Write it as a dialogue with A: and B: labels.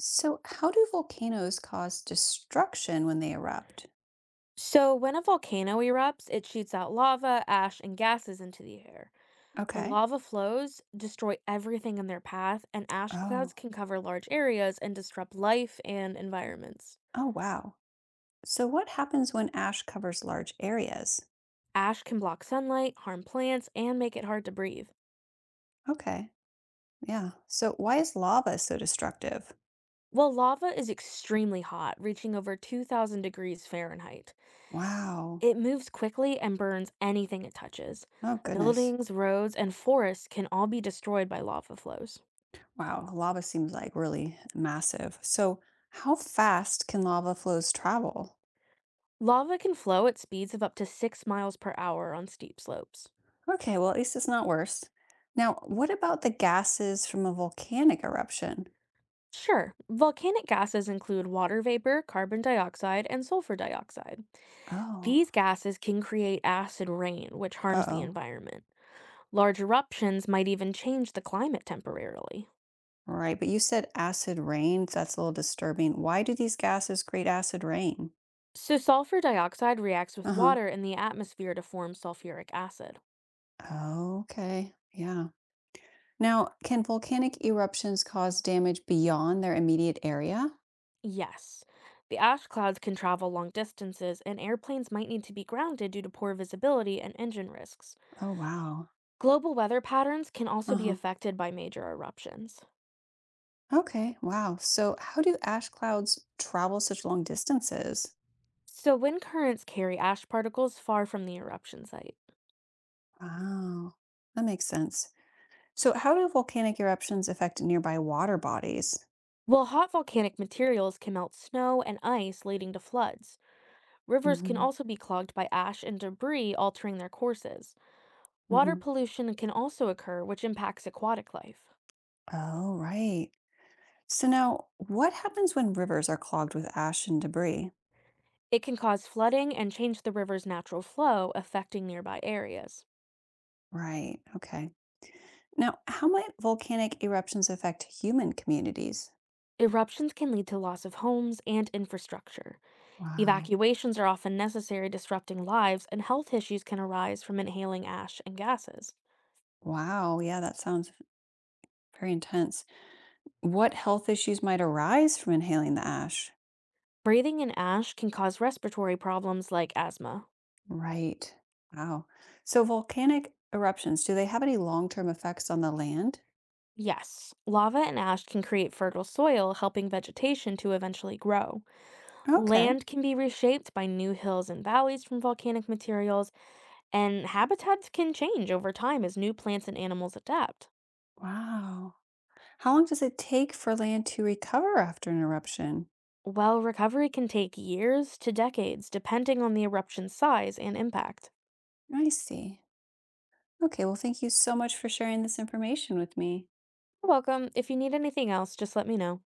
A: So, how do volcanoes cause destruction when they erupt?
B: So, when a volcano erupts, it shoots out lava, ash, and gases into the air. The
A: Okay.
B: lava flows destroy everything in their path, and ash clouds
A: Oh,
B: can cover large areas and disrupt life and environments.
A: oh, wow. So, what happens when ash covers large areas?
B: Ash can block sunlight, harm plants, and make it hard to breathe.
A: Okay. Yeah. So, why is lava so destructive?
B: While lava is extremely hot, reaching over 2,000 degrees Fahrenheit,
A: Wow.
B: it moves quickly and burns anything it touches.
A: Oh, goodness.
B: Buildings, roads, and forests can all be destroyed by lava flows.
A: Wow. Lava seems like really massive. So, how fast can lava flows travel?
B: Lava can flow at speeds of up to 6 miles per hour on steep slopes.
A: Okay. Well, at least it's not worse. Now, what about the gases from a volcanic eruption?
B: Sure, volcanic gases include water vapor, carbon dioxide, and sulfur dioxide.
A: Oh,
B: These gases can create acid rain, which
A: uh
B: harms the
A: oh.
B: environment. Large eruptions might even change the climate temporarily.
A: Right, but you said acid rain. That's a little disturbing. Why do these gases create acid rain?
B: So, sulfur dioxide reacts with
A: Uh-huh.
B: water in the atmosphere to form sulfuric acid.
A: Okay. Yeah. Now, can volcanic eruptions cause damage beyond their immediate area?
B: Yes, the ash clouds can travel long distances, and airplanes might need to be grounded due to poor visibility and engine risks.
A: Oh, wow.
B: Global weather patterns can also be
A: Uh-huh.
B: affected by major eruptions.
A: Okay. Wow. So, how do ash clouds travel such long distances?
B: So, wind currents carry ash particles far from the eruption site.
A: Wow. That makes sense. So, how do volcanic eruptions affect nearby water bodies?
B: While hot volcanic materials can melt snow and ice, leading to floods, rivers can
A: Mm-hmm.
B: also be clogged by ash and debris, altering their courses. Water
A: Mm-hmm.
B: pollution can also occur, which impacts aquatic life.
A: Oh, right. So now, what happens when rivers are clogged with ash and debris?
B: It can cause flooding and change the river's natural flow, affecting nearby areas.
A: Right. Okay. Now, how might volcanic eruptions affect human communities?
B: Eruptions can lead to loss of homes and infrastructure.
A: Wow.
B: Evacuations are often necessary, disrupting lives, and health issues can arise from inhaling ash and gases.
A: Wow. Yeah, that sounds very intense. What health issues might arise from inhaling the ash?
B: Breathing in ash can cause respiratory problems like asthma.
A: Right. Wow. So, volcanic eruptions, do they have any long term effects on the land?
B: Yes, lava and ash can create fertile soil, helping vegetation to eventually grow.
A: Okay.
B: Land can be reshaped by new hills and valleys from volcanic materials, and habitats can change over time as new plants and animals adapt.
A: Wow. How long does it take for land to recover after an eruption?
B: While recovery can take years to decades, depending on the eruption's size and impact.
A: I see. Okay, well, thank you so much for sharing this information with me.
B: You're welcome. If you need anything else, just let me know.